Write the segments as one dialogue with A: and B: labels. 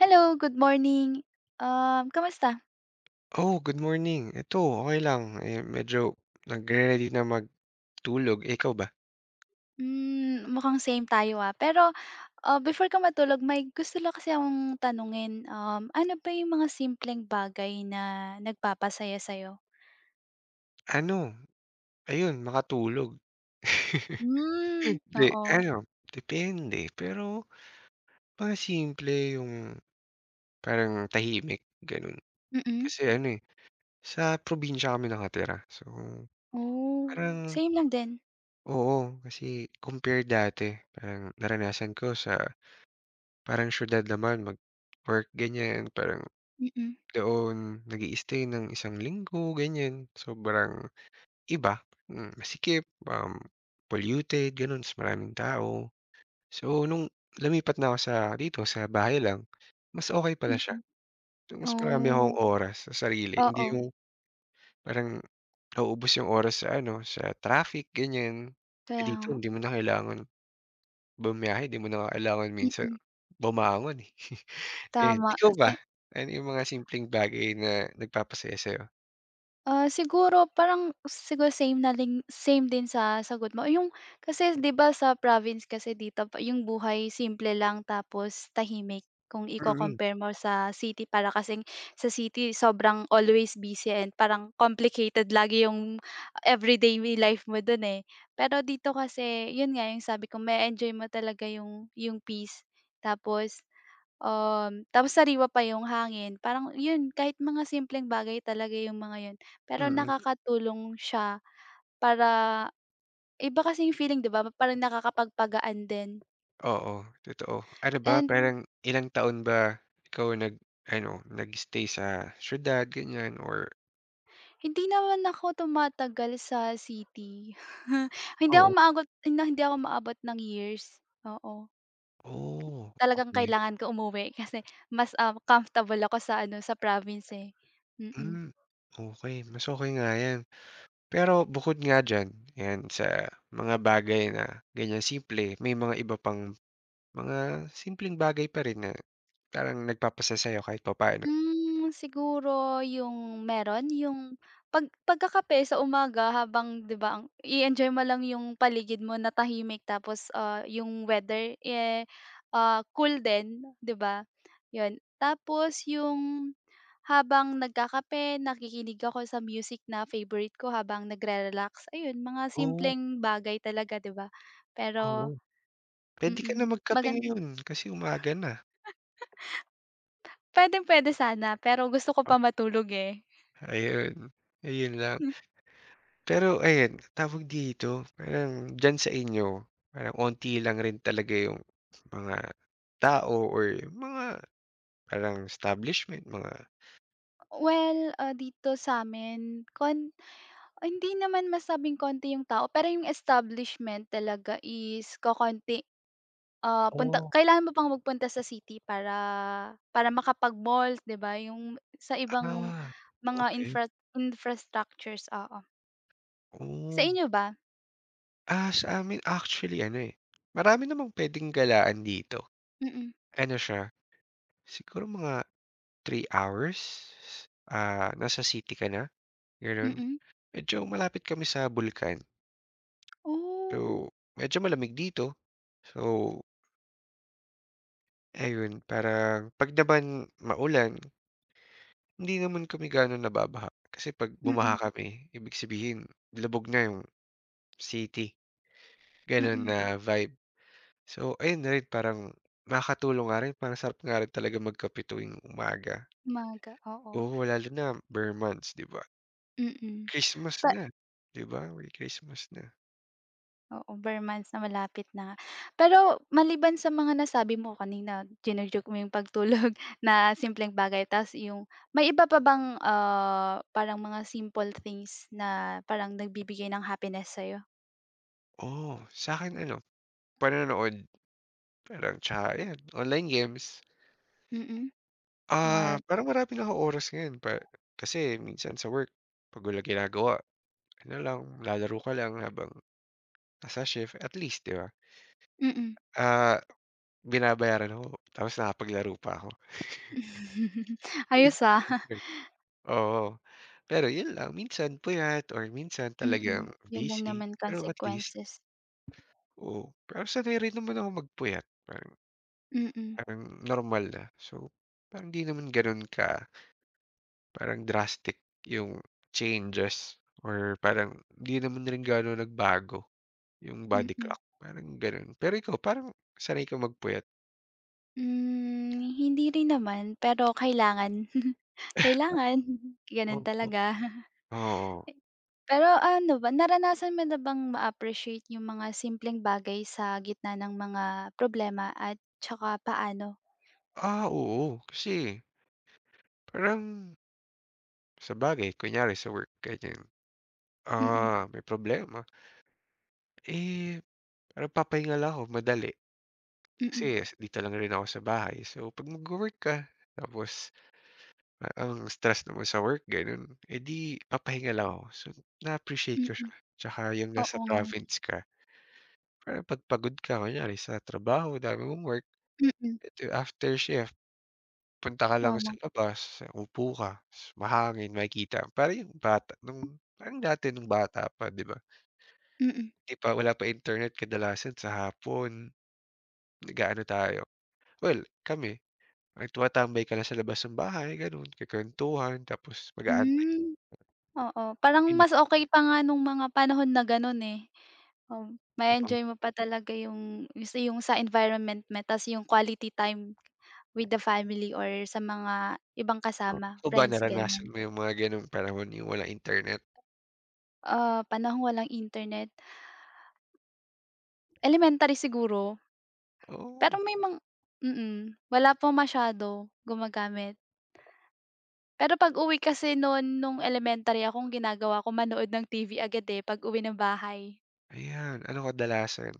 A: Hello, good morning. Kamusta?
B: Oh, good morning. Eto, okey lang, eh, medyo nagre-ready na magtulog, eh, ikaw ba?
A: Mukhang same tayo, ah. Pero, before ka matulog may gusto lang kasi akong tanungin, ano ba yung mga simpleng bagay na nagpapasaya sa'yo?
B: Ano, ayun makatulog.
A: Hmm,
B: Hindi,
A: oo.
B: ano, depende pero mga simple yung parang tahimik gano'n.
A: Mm.
B: Kasi ano, eh, sa probinsya kami nakatira so Hmm.
A: Oh,
B: Parang
A: same lang din.
B: oo, kasi compare dati parang naranasan ko sa parang siyudad naman mag-work ganyan, parang
A: Mm,
B: doon nag stay ng isang linggo ganyan, sobrang iba, masikip, um, polluted gano'n, mas maraming tao. So nung lumipat na ako sa dito sa bahay lang, mas okay pala siya.
A: mm.
B: So mas marami akong
A: Oh,
B: oras sa sarili, hindi
A: oo,
B: yung parang nauubos yung oras sa ano, sa traffic ganiyan. Eh,
A: kaya
B: dito
A: nga.
B: hindi mo na kailangan bumiyahe, hindi mo na kailangan minsan
A: Mm,
B: bumangon, eh. Ayun,
A: tama.
B: ikaw ba? Ano yung mga simpleng bagay na nagpapasaya sa'yo?
A: Ah, siguro parang siguro same na din same din sa sagot mo. Yung kasi 'di ba sa province kasi dito pa yung buhay simple lang tapos tahimik kung
B: Mm,
A: iko-compare mo sa city para kasing sa city sobrang always busy and parang complicated lagi yung life mo dun eh. Pero dito kasi yun nga yung sabi ko, may enjoy mo talaga yung peace. Tapos tapos sariwa pa yung hangin parang yun kahit mga simpleng bagay talaga yung mga yun, pero
B: mm.
A: nakakatulong siya para iba kasi yung feeling, 'di ba, parang nakakapagpagaan din,
B: Oo, totoo. Ano ba,
A: and
B: parang ilang taon ba ikaw nag-ano, nag-stay sa siyudad, ganyan or
A: hindi naman ako tumatagal sa city. Hindi ako
B: Oo.
A: maabot hindi ako maabot ng years, oo.
B: Oh,
A: Talagang
B: okey.
A: kailangan ko umuwi kasi mas, ah, comfortable ako sa ano, sa province, eh, mm. Mm.
B: Hmm, okey. Mas okey nga 'yan. Pero bukod nga diyan, 'yan sa mga bagay na ganyan simple, may mga iba pang mga simpleng bagay pa rin na parang nagpapasaya sa'yo kahit papaano?
A: Siguro yung meron yung pagkakape sa umaga habang 'di ba ang i-enjoy mo lang yung paligid mo na tahimik tapos, yung weather, eh, cool din, 'di ba? 'Yun. Tapos yung habang nagkakape nakikinig ako sa music na favorite ko habang nagre-relax, ayun mga
B: Oh,
A: simpleng bagay talaga 'di ba?
B: oo.
A: Pero
B: Puwede ka na
A: mm,
B: magkape
A: magan
B: ngayon kasi umaga na.
A: puwedeng-puwede sana pero gusto ko pa matulog, eh.
B: Ayun, ayun lang. Pero ayan, tawag dito, parang diyan sa inyo, parang onti lang rin talaga yung mga tao or mga parang establishment, mga
A: Well, ah, dito sa'min hindi naman masabing konti yung tao, pero yung establishment talaga is kokonti. Ah,
B: Oh.
A: kailangan mo pang magpunta sa city para para makapag-mall, 'di ba? Yung sa ibang
B: Ah,
A: mga
B: okey.
A: infrastructures, oo. Sa
B: Oh,
A: inyo ba?
B: ah, sa amin actually ano, eh, marami namang puwedeng galaan dito.
A: Mm,
B: Ano siya, siguro mga three hours, nasa city ka na, gano'n.
A: mm.
B: Medyo malapit kami sa bulkan, so
A: Oh,
B: medyo malamig dito. So ayun, parang 'pag naman maulan, hindi naman kami gaano nababaha. Kasi 'pag bumaha
A: mm,
B: kami, ibig sabihin labog na yung city, gano'n
A: mm.
B: na vibe. So, ayun na rin parang nakakatulong nga rin, parang sarap nga rin talaga magkape tuwing umaga.
A: Umaga, oo,
B: Oo, lalo na bare months, 'di ba?
A: mm.
B: Christmas
A: Pa
B: na, 'di ba? May Christmas na.
A: Oo, bare months na malapit na. Pero maliban sa mga nasabi mo kanina, jino-joke mo yung pagtulog na simpleng bagay ta's yung may iba pa bang, ah, parang mga simple things na parang nagbibigay ng happiness sa'yo?
B: Oh sa akin ano, panonood parang tsaka ayan, online games.
A: Mm,
B: Ah,
A: what
B: parang marami na akong oras ngayon pa kasi minsan sa work 'pag wala ginagawa ano lang, lalaro ka lang habang nasa shift at least 'di ba,
A: mm.
B: ah, binabayaran ako tapos nakapaglaro pa ako.
A: Ayos, ah.
B: Oo, pero yun lang minsan puyat or minsan
A: Mm,
B: talagang
A: yun lang
B: busy
A: naman
B: pero at least
A: consequences.
B: oo, pero sanay rin naman ako magpuyat parang
A: Mm,
B: parang normal na. So, parang 'di naman gano'n ka Parang drastic yung changes or parang hindi naman rin gaano nagbago yung body
A: mm.
B: clock, parang gano'n. Pero ikaw, parang sanay ka magpuyat?
A: Hmm, hindi rin naman pero kailangan. Kailangan, ganun
B: Opo,
A: talaga.
B: oo.
A: Pero ano ba, naranasan mo na bang ma-appreciate yung mga simpleng bagay sa gitna ng mga problema at tsaka paano?
B: Ah, oo, kasi parang sa sabagay kunyari sa work ganyan,
A: Mm,
B: ah, may problema, eh, parang papahinga lang ako madali
A: mm,
B: kasi dito lang rin ako sa bahay. So, 'pag magwo-work ka tapos ang stress naman sa work gano'n, eh, di papahinga lang ako. So, na-appreciate ko
A: mm.
B: siya, tsaka yung nasa
A: Oo nga,
B: province ka, parang 'pag pagod ka kunyari sa trabaho, dami mong work,
A: mm,
B: eto after shift punta ka lang sa
A: tama,
B: labas, upo ka, ta's mahangin, makikita parang yung bata nung parang dati nung bata pa 'di ba?
A: mm.
B: 'Di pa wala pa internet kadalasan sa hapon nag-aano tayo, well kami, ay tumatambay ka lang sa labas ng bahay gano'n, kukuwentuhan tapos mag-aantay ng
A: Hmm, oo, parang
B: init.
A: mas okey pa nga nung mga panahon na gano'n, eh. Ma-e-enjoy mo pa talaga yung yung sa environment mo ta's yung quality time with the family or sa mga ibang
B: Oh,
A: kasama,
B: ikaw ba
A: friends, gano'n.
B: naranasan mo yung mga gano'ng panahon, yung walang internet?
A: Ah, panahong walang internet, elementary siguro. Pero
B: Oh,
A: may mga mm, wala pa masyado gumagamit. Pero pag-uwi kasi noon nung elementary ako, ang ginagawa ko manood ng TV agad, eh, pag-uwi ng bahay.
B: ayan. Ano kadalasan?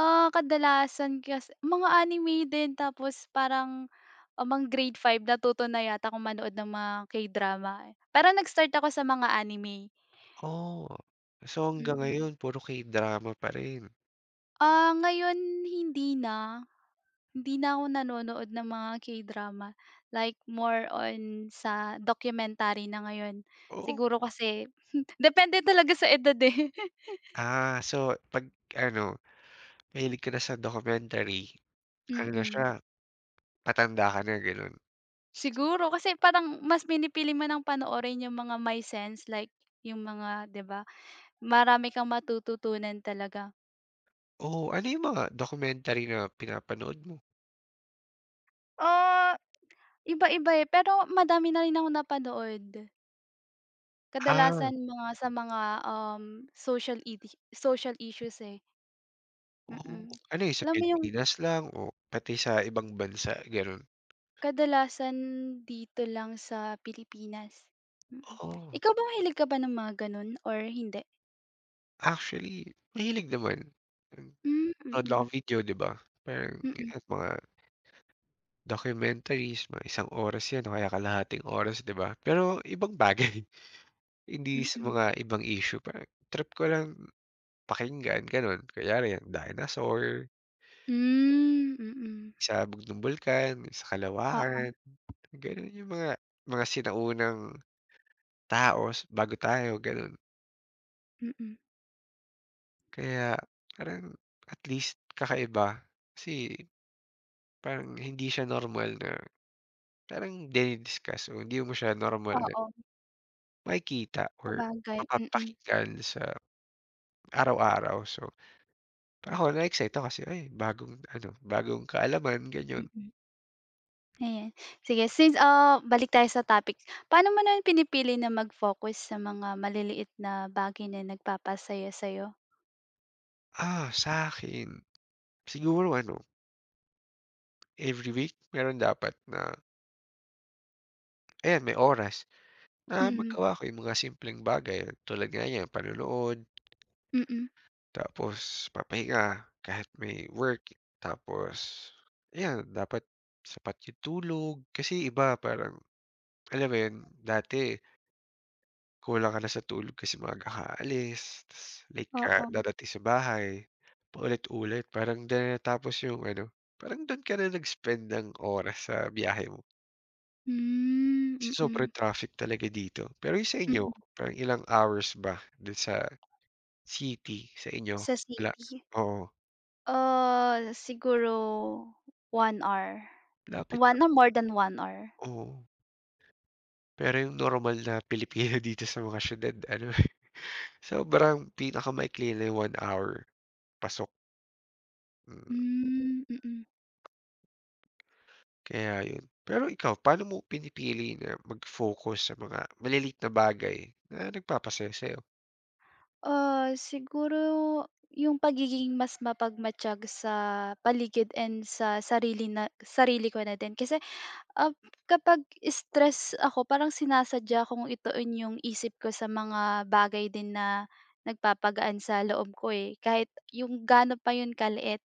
A: Ah, kadalasan kasi mga anime din tapos parang, mga grade 5 natuto na yata ako manood ng mga K-drama, eh. Pero nag-start ako sa mga anime,
B: Oh, so hanggang
A: mm.
B: ngayon puro K-drama pa rin?
A: Ah, ngayon hindi na. Hindi na ako nanonood ng mga K-drama, like more on sa documentary na ngayon.
B: Oo.
A: Siguro kasi depende talaga sa edad, eh.
B: Ah, so 'pag ano, mahilig ka na sa documentary, ano na
A: Mm.
B: siya, patanda ka na gano'n?
A: Siguro kasi parang mas pinipili mo ng panoorin yung mga my sense like yung mga 'di ba, marami kang matututunan talaga.
B: Oo, ano yung mga documentary na pinapanood mo?
A: Ah, iba-iba, eh, pero madami na rin akong napanood.
B: Ah,
A: Kadalasan mga sa mga, um, social idi social issues, eh, mm.
B: oh, ano yun sa
A: Alam mo yung
B: Pilipinas lang o pati sa ibang bansa, gano'n?
A: kadalasan dito lang sa Pilipinas. Mm.
B: Oh,
A: Ikaw ba mahilig ka ba ng mga gano'n or hindi?
B: actually mahilig naman. Nanonood
A: Hmm,
B: lang
A: mm.
B: ako video 'di ba? Parang
A: Mm,
B: yan mga documentaries, mga isang oras yan o kaya kalahating oras 'di ba? Pero ibang bagay, hindi sa
A: mm.
B: mga ibang issue parang trip ko lang pakinggan gano'n. Kaya yung dinosaur,
A: Hmm, mm.
B: sa ng bulkan, sa
A: Oo,
B: kalawakan, gano'n yung mga sinaunang tao bago tayo gano'n.
A: mm.
B: Kaya parang at least kakaiba kasi parang hindi siya normal na parang dini-discuss o hindi mo siya normal na
A: Oo,
B: makikita or
A: sabagay, mm,
B: mapapakinggan sa araw-araw. So, ako na-excite ako kasi, ay bagong ano, bagong kaalaman ganyan.
A: mm. Ayan, sige since, ah, balik tayo sa topic. Paano mo naman pinipili na mag-focus sa mga maliliit na bagay na nagpapasaya sa'yo?
B: Ah, sa'kin siguro ano, every week meron dapat na ayan may oras na
A: Mm,
B: magawa ko yung mga simpleng bagay tulad nga niyan panonood,
A: mm.
B: tapos papahinga kahit may work, tapos ayan dapat sapat yung tulog. Kasi iba parang alam mo yun, dati kulang ka na sa tulog kasi maaga ka aalis, tas late ka
A: Oo.
B: dadating sa bahay, paulit-ulit parang diyan na natapos yung ano, parang dun ka na nag-spend ng oras sa biyahe mo. Kasi
A: Hmm, mm.
B: sobrang traffic talaga dito. Pero yung sa
A: Mm,
B: inyo, parang ilang hours ba dun sa city sa inyo?
A: sa
B: La
A: city.
B: Oo,
A: Ah, siguro 1 hour.
B: lapit
A: one
B: lang,
A: or more than one hour.
B: oo. Pero yung normal na Pilipino dito sa mga siyudad ano, sobrang pinakamaikli na yung 1 hour, pasok, mm.
A: Hmm, mm.
B: Kaya yun. Pero ikaw, paano mo pinipili na mag-focus sa mga maliliit na bagay na nagpapasaya sa'yo?
A: Ah, siguro yung pagiging mas mapagmatyag sa paligid and sa sarili na sarili ko na din kasi Ap kapag stress ako parang sinasadya kong ituon yung isip ko sa mga bagay din na nagpapagaan sa loob ko, eh, kahit yung gaano pa yun kaliit.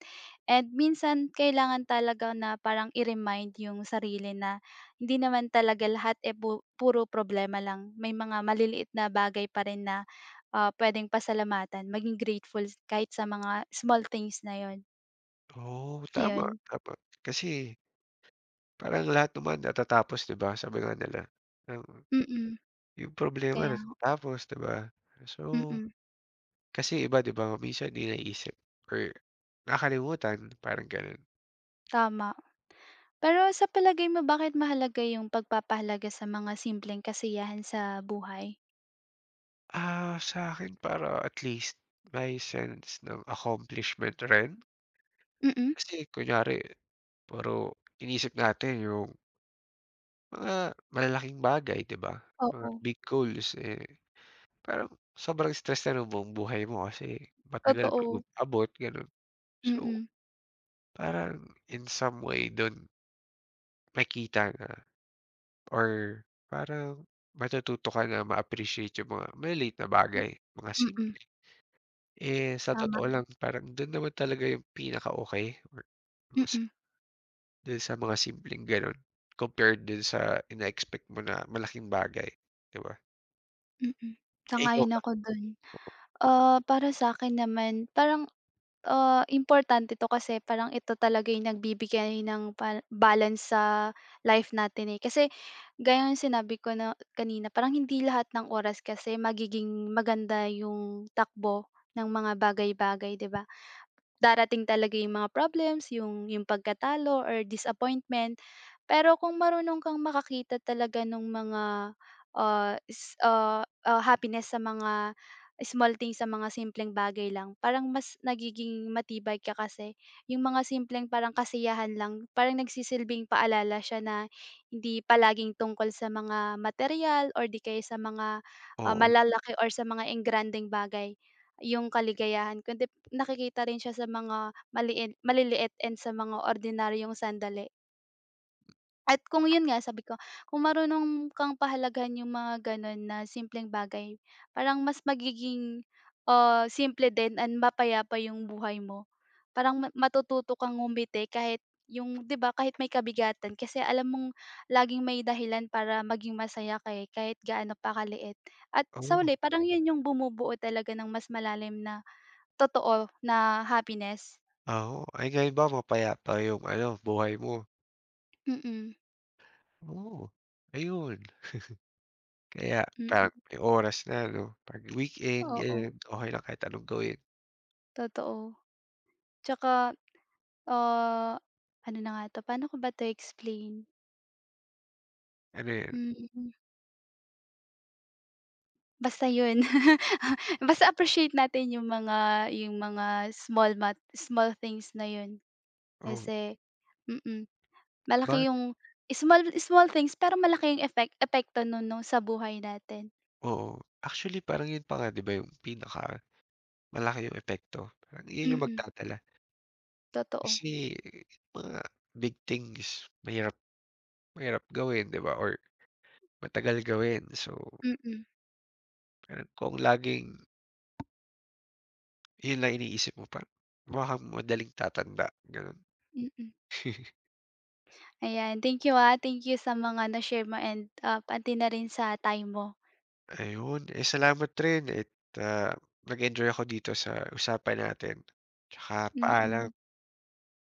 A: And minsan kailangan talaga na parang i-remind yung sarili na hindi naman talaga lahat, eh, puro problema lang. May mga maliliit na bagay pa rin na, puwedeng pasalamatan, maging grateful kahit sa mga small things na yun,
B: Oo, tama,
A: ayun.
B: tama. Kasi parang lahat naman natatapos, 'di ba, sabi nga nila. Ang
A: Mm,
B: yung problema
A: kaya
B: natatapos, 'di ba? So,
A: mm.
B: kasi iba, 'di ba, minsan hindi naisip or nakalimutan, parang gano'n.
A: Tama. Pero sa palagay mo bakit mahalaga yung pagpapahalaga sa mga simpleng kasiyahan sa buhay?
B: Ah, sa akin para at least may sense ng accomplishment rin.
A: Mm.
B: Kasi kunyari puro iniisip natin yung mga malalaking bagay, 'di ba? Mga
A: Oo,
B: big goals, eh, parang sobrang stress na ng buong buhay mo kasi matagal bago
A: totoo.
B: abot, gano'n. So,
A: Mm.
B: parang in some way do'n makikita na or parang matututo ka na ma-appreciate yung mga maliliit na bagay, mga
A: Mm,
B: simple. Eh, sa
A: tama.
B: totoo lang parang do'n naman talaga yung pinaka-okey or mas
A: Mm,
B: do'n sa mga simpleng gano'n compared do'n sa ine-expect mo na malaking bagay, 'di ba?
A: mm.
B: Eh, ikaw
A: Sang-ayon
B: ba?
A: ako dun. Ah, para sa akin naman parang importante 'to kasi parang ito talaga yung nagbibigay ng pa balance sa life natin, eh. Kasi gaya ng sinabi ko na kanina, parang hindi lahat ng oras kasi magiging maganda yung takbo ng mga bagay-bagay, 'di ba? Darating talaga yung mga problems, yung pagkatalo or disappointment. Pero kung marunong kang makakita talaga ng mga, happiness sa mga small things, sa mga simpleng bagay lang, parang mas nagiging matibay ka kasi. Yung mga simpleng parang kasiyahan lang, parang nagsisilbing paalala siya na hindi palaging tungkol sa mga material or di kaya sa mga, ah,
B: Oo.
A: malalaki or sa mga engranding bagay yung kaligayahan kundi nakikita rin siya sa mga maliliit and sa mga ordinaryong sandali. At kung yun nga sabi ko, kung marunong kang pahalagahan yung mga ganun na simpleng bagay, parang mas magiging, simple din and mapayapa yung buhay mo. Parang matututo kang ngumiti kahit yung 'di ba kahit may kabigatan kasi alam mong laging may dahilan para maging masaya kahit gaano pa kaliit. At sa
B: Oo,
A: huli parang yun yung bumubuo talaga ng mas malalim na totoo na happiness.
B: oo. Ay, ngayon ba mapayapa yung ano, buhay mo?
A: Mm,
B: Oo, ayun. Kaya parang
A: mm.
B: may oras na 'no, 'pag weekend
A: Oo,
B: ganyan, okey lang kahit anong gawin.
A: totoo. Tsaka, ah, ano na nga 'to, paano ko ba 'to i-explain?
B: Ano 'yan,
A: Hmm, basta 'yun. Basta appreciate natin yung mga small things na 'yun.
B: oo,
A: Kasi mm,
B: 'di ba?
A: malaki yung small small things pero malaki yung epekto nun 'no sa buhay natin.
B: Oo. Actually parang 'yun pa nga 'di ba yung pinakamalaki yung epekto, parang 'yun yung
A: Mm,
B: magdadala.
A: totoo.
B: Kasi mga big things mahirap mahirap gawin 'di ba or matagal gawin. So,
A: Mm,
B: parang kung laging 'yun lang iniisip mo parang baka madaling tatanda, gano'n.
A: mm. Ayan, thank you, ah, thank you sa mga na-share mo and, ah, pati na rin sa time mo.
B: Ayun, eh, salamat rin at, ah, nag-enjoy ako dito sa usapan natin. Tsaka paalam.
A: Mm.